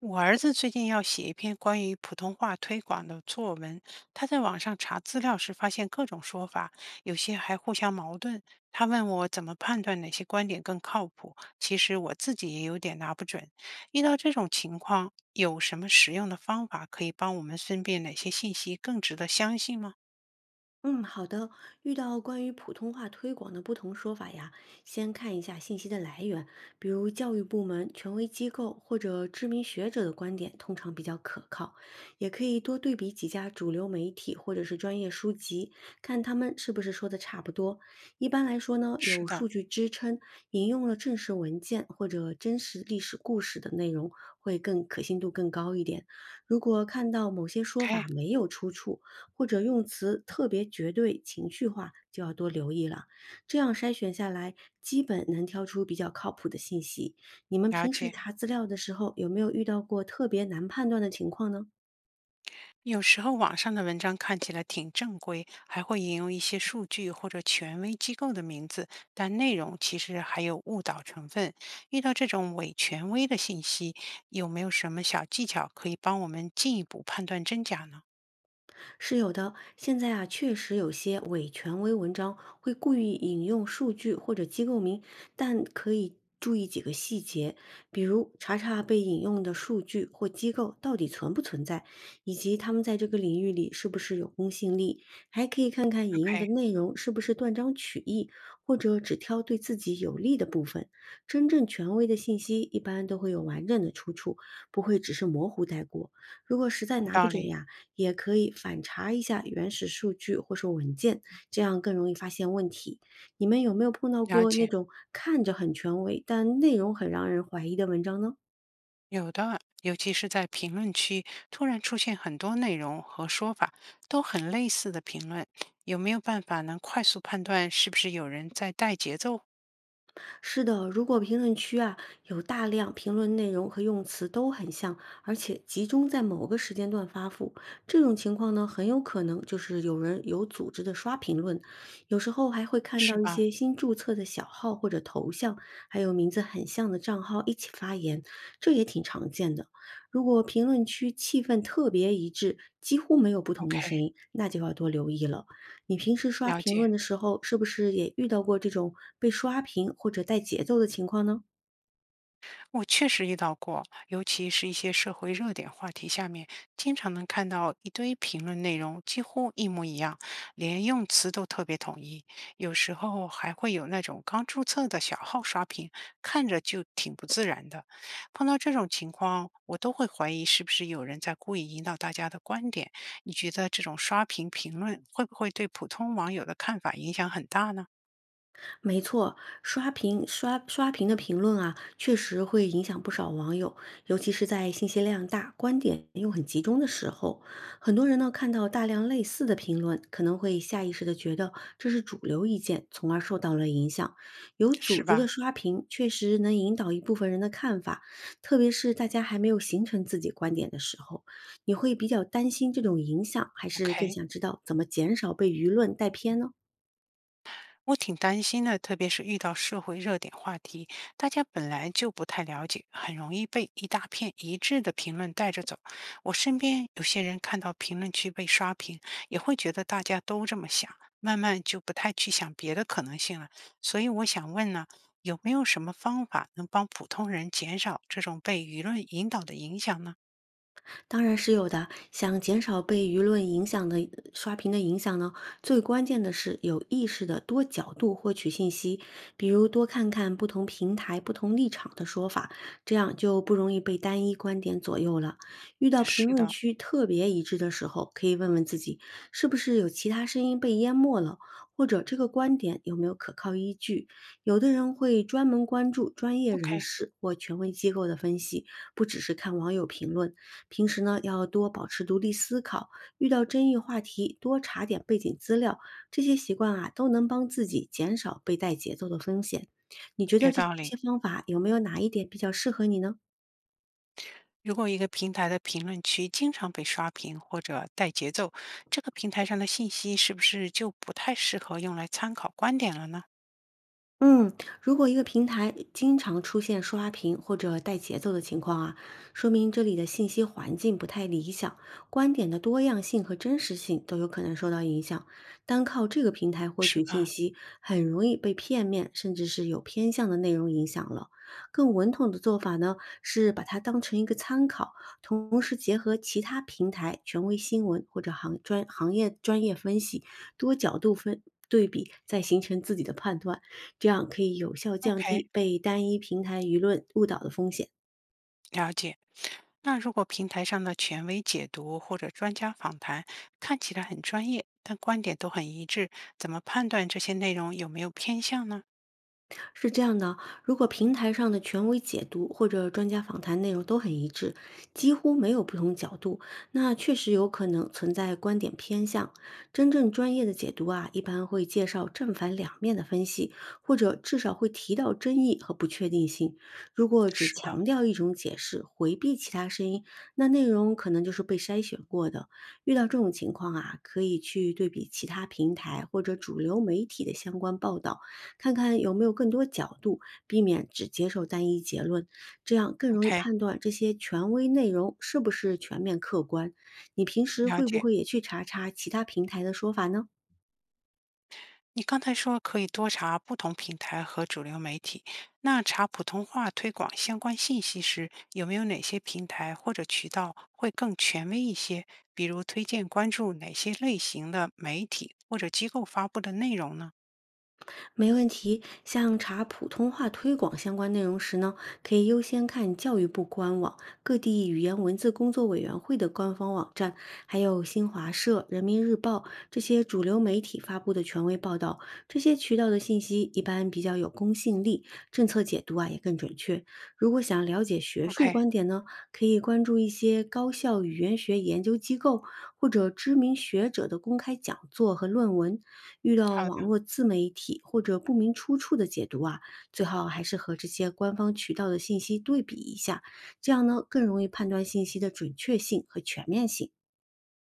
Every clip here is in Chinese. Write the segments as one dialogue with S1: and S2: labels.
S1: 我儿子最近要写一篇关于普通话推广的作文，他在网上查资料时发现各种说法，有些还互相矛盾。他问我怎么判断哪些观点更靠谱，其实我自己也有点拿不准。遇到这种情况，有什么实用的方法可以帮我们分辨哪些信息更值得相信吗？
S2: 嗯，好的。遇到关于普通话推广的不同说法呀，先看一下信息的来源，比如教育部门、权威机构或者知名学者的观点，通常比较可靠。也可以多对比几家主流媒体或者是专业书籍，看他们是不是说的差不多。一般来说呢，
S1: 是
S2: 有
S1: 的
S2: 数据支撑，引用了正式文件或者真实历史故事的内容，会更可信度更高一点。如果看到某些说法
S1: ，OK，
S2: 没有出处，或者用词特别绝对、情绪化，就要多留意了。这样筛选下来，基本能挑出比较靠谱的信息。你们
S1: 了
S2: 平时
S1: 解。
S2: 查资料的时候，有没有遇到过特别难判断的情况呢？
S1: 有时候网上的文章看起来挺正规，还会引用一些数据或者权威机构的名字，但内容其实还有误导成分。遇到这种伪权威的信息，有没有什么小技巧可以帮我们进一步判断真假呢
S2: 是有的，现在啊，确实有些伪权威文章会故意引用数据或者机构名，但可以注意几个细节，比如查查被引用的数据或机构到底存不存在，以及他们在这个领域里是不是有公信力，还可以看看引用的
S1: ？OK，
S2: 内容是不是断章取义，或者只挑对自己有利的部分。真正权威的信息一般都会有完整的出处，不会只是模糊带过。如果实在
S1: 有
S2: 拿不
S1: 道
S2: 准
S1: 理，
S2: 呀，也可以反查一下原始数据或是文件，这样更容易发现问题。你们有没有碰到
S1: 了
S2: 过那
S1: 解。
S2: 种看着很权威，但内容很让人怀疑的文章呢？
S1: 有的，尤其是在评论区突然出现很多内容和说法都很类似的评论，有没有办法能快速判断是不是有人在带节奏，
S2: 是的，如果评论区啊有大量评论内容和用词都很像，而且集中在某个时间段发布，这种情况呢，很有可能就是有人有组织的刷评论，有时候还会看
S1: 是
S2: 到一
S1: 吧
S2: 些新注册的小号或者头像，还有名字很像的账号一起发言，这也挺常见的。如果评论区气氛特别一致，几乎没有不同的声
S1: ？OK，
S2: 音，那就要多留意了。你平时刷
S1: 了
S2: 评论
S1: 解。
S2: 的时候，是不是也遇到过这种被刷屏或者带节奏的情况呢？
S1: 我确实遇到过，尤其是一些社会热点话题下面，经常能看到一堆评论内容几乎一模一样，连用词都特别统一。有时候还会有那种刚注册的小号刷屏，看着就挺不自然的。碰到这种情况，我都会怀疑是不是有人在故意引导大家的观点。你觉得这种刷屏评论会不会对普通网友的看法影响很大呢？
S2: 没错，刷屏的评论啊，确实会影响不少网友，尤其是在信息量大、观点又很集中的时候，很多人呢看到大量类似的评论，可能会下意识的觉得这是主流意见，从而受到了影响。有组
S1: 是
S2: 织的
S1: 吧
S2: 刷屏确实能引导一部分人的看法，特别是大家还没有形成自己观点的时候，你会比较担心这种影响，还是更
S1: ？OK，
S2: 想知道怎么减少被舆论带偏呢？
S1: 我挺担心的，特别是遇到社会热点话题，大家本来就不太了解，很容易被一大片一致的评论带着走。我身边有些人看到评论区被刷屏，也会觉得大家都这么想，慢慢就不太去想别的可能性了。所以我想问呢，有没有什么方法能帮普通人减少这种被舆论引导的影响呢？
S2: 当然是有的。想减少被舆论影响的刷屏的影响呢，最关键的是有意识的多角度获取信息，比如多看看不同平台、不同立场的说法，这样就不容易被单一观点左右了。遇到评
S1: 是
S2: 论
S1: 的
S2: 区特别一致的时候，可以问问自己，是不是有其他声音被淹没了，或者这个观点有没有可靠依据？有的人会专门关注专业人
S1: ，OK，
S2: 士或权威机构的分析，不只是看网友评论。平时呢，要多保持独立思考，遇到争议话题多查点背景资料，这些习惯啊，都能帮自己减少被带节奏的风险。你觉得
S1: 有
S2: 这
S1: 道
S2: 些
S1: 理。
S2: 方法有没有哪一点比较适合你呢？
S1: 如果一个平台的评论区经常被刷屏或者带节奏，这个平台上的信息是不是就不太适合用来参考观点了呢？
S2: 嗯，如果一个平台经常出现刷屏或者带节奏的情况啊，说明这里的信息环境不太理想，观点的多样性和真实性都有可能受到影响。单靠这个平台获
S1: 是
S2: 取信
S1: 吧
S2: 息，很容易被片面甚至是有偏向的内容影响了。更稳妥的做法呢，是把它当成一个参考，同时结合其他平台权威新闻或者行业专业分析，多角度对比，再形成自己的判断。这样可以有效降
S1: ？OK，
S2: 低被单一平台舆论误导的风险。
S1: 了解。那如果平台上的权威解读或者专家访谈看起来很专业，但观点都很一致，怎么判断这些内容有没有偏向呢？
S2: 是这样的，如果平台上的权威解读或者专家访谈内容都很一致，几乎没有不同角度，那确实有可能存在观点偏向。真正专业的解读啊，一般会介绍正反两面的分析，或者至少会提到争议和不确定性。如果只
S1: 是的
S2: 强调一种解释，回避其他声音，那内容可能就是被筛选过的。遇到这种情况啊，可以去对比其他平台或者主流媒体的相关报道。看看有没有更多角度，避免只接受单一结论，这样更容易
S1: ，OK，
S2: 判断这些权威内容是不是全面客观。你平时
S1: 了
S2: 会不
S1: 解。
S2: 会也去查查其他平台的说法呢？
S1: 你刚才说可以多查不同平台和主流媒体，那查普通话推广相关信息时，有没有哪些平台或者渠道会更权威一些？比如推荐关注哪些类型的媒体或者机构发布的内容呢
S2: 没问题，像查普通话推广相关内容时呢，可以优先看教育部官网、各地语言文字工作委员会的官方网站，还有新华社、人民日报这些主流媒体发布的权威报道。这些渠道的信息一般比较有公信力，政策解读啊也更准确。如果想了解学术
S1: ？OK，
S2: 观点呢，可以关注一些高校语言学研究机构或者知名学者的公开讲座和论文。遇到
S1: 好
S2: 网
S1: 的，
S2: 络自媒体或者不明出处的解读啊，最好还是和这些官方渠道的信息对比一下，这样呢更容易判断信息的准确性和全面性。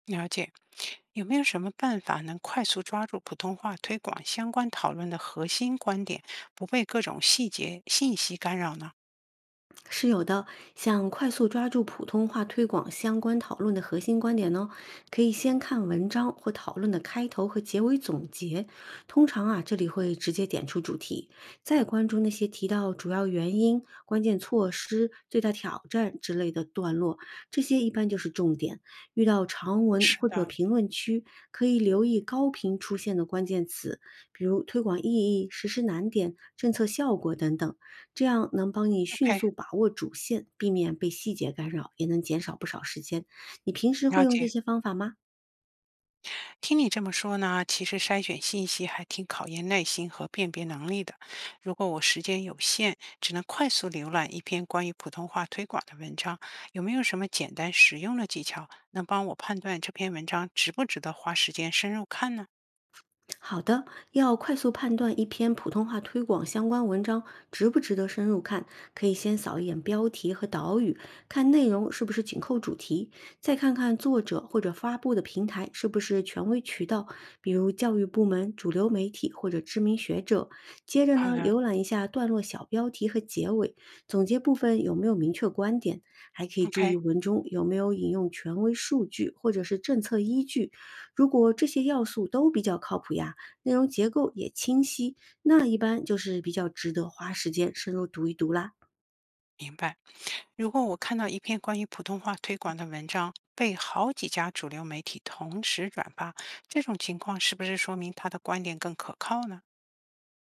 S1: 了解。有没有什么办法能快速抓住普通话推广相关讨论的核心观点，不被各种细节信息干扰呢？
S2: 是有的，想快速抓住普通话推广相关讨论的核心观点呢，可以先看文章或讨论的开头和结尾总结。通常啊，这里会直接点出主题，再关注那些提到主要原因、关键措施、最大挑战之类的段落，这些一般就是重点。遇到长文
S1: 是
S2: 或者
S1: 的
S2: 评论区，可以留意高频出现的关键词，比如推广意义、实施难点、政策效果等等。这样能帮你迅
S1: ，OK，
S2: 速把握主线，避免被细节干扰，也能减少不少时间。你平时会
S1: 了
S2: 用这
S1: 解。
S2: 些方法吗？
S1: 听你这么说呢，其实筛选信息还挺考验耐心和辨别能力的。如果我时间有限，只能快速浏览一篇关于普通话推广的文章，有没有什么简单实用的技巧能帮我判断这篇文章值不值得花时间深入看呢？
S2: 好的，要快速判断一篇普通话推广相关文章值不值得深入看，可以先扫一眼标题和导语，看内容是不是紧扣主题，再看看作者或者发布的平台是不是权威渠道，比如教育部门、主流媒体或者知名学者。接着
S1: 好
S2: 呢，
S1: 的
S2: 浏览一下段落小标题和结尾，总结部分有没有明确观点，还可以注意
S1: ，OK，
S2: 文中有没有引用权威数据或者是政策依据。如果这些要素都比较靠谱呀，内容结构也清晰，那一般就是比较值得花时间深入读一读啦。
S1: 明白。如果我看到一篇关于普通话推广的文章被好几家主流媒体同时转发，这种情况是不是说明他的观点更可靠呢？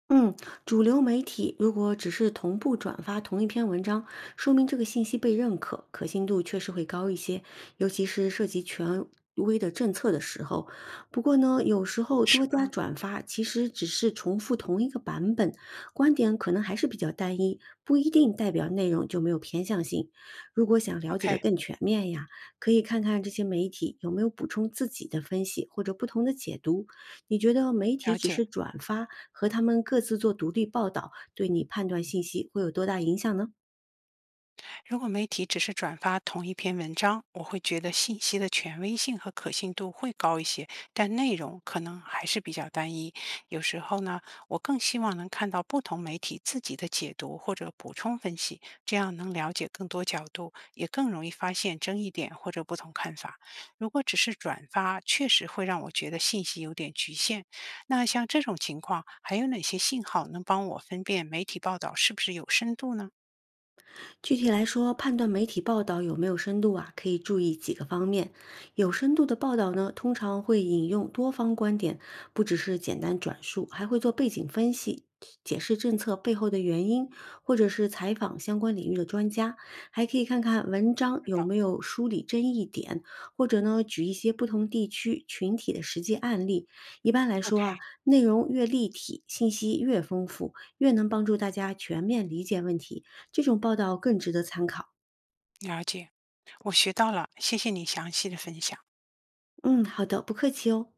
S2: 嗯，主流媒体如果只是同步转发同一篇文章，说明这个信息被认可，可信度确实会高一些，尤其是涉及权威的政策的时候。不过呢，有时候
S1: 是
S2: 多加
S1: 吧
S2: 转发其实只是重复同一个版本，观点可能还是比较单一，不一定代表内容就没有偏向性。如果想了解的
S1: ？OK，
S2: 更全面呀，可以看看这些媒体有没有补充自己的分析或者不同的解读。你觉得媒体
S1: 了
S2: 只
S1: 解。
S2: 是转发和他们各自做独立报道，对你判断信息会有多大影响呢？
S1: 如果媒体只是转发同一篇文章，我会觉得信息的权威性和可信度会高一些，但内容可能还是比较单一。有时候呢，我更希望能看到不同媒体自己的解读或者补充分析，这样能了解更多角度，也更容易发现争议点或者不同看法。如果只是转发，确实会让我觉得信息有点局限。那像这种情况，还有哪些信号能帮我分辨媒体报道是不是有深度呢？
S2: 具体来说，判断媒体报道有没有深度啊，可以注意几个方面。有深度的报道呢，通常会引用多方观点，不只是简单转述，还会做背景分析，解释政策背后的原因，或者是采访相关领域的专家。还可以看看文章
S1: 是
S2: 有
S1: 的
S2: 没有梳理争议点，或者呢，举一些不同地区群体的实际案例。一般来说啊，
S1: ，OK。
S2: 内容越立体，信息越丰富，越能帮助大家全面理解问题。这种报道更值得参考。
S1: 了解，我学到了，谢谢你详细的分享。
S2: 嗯，好的，不客气哦。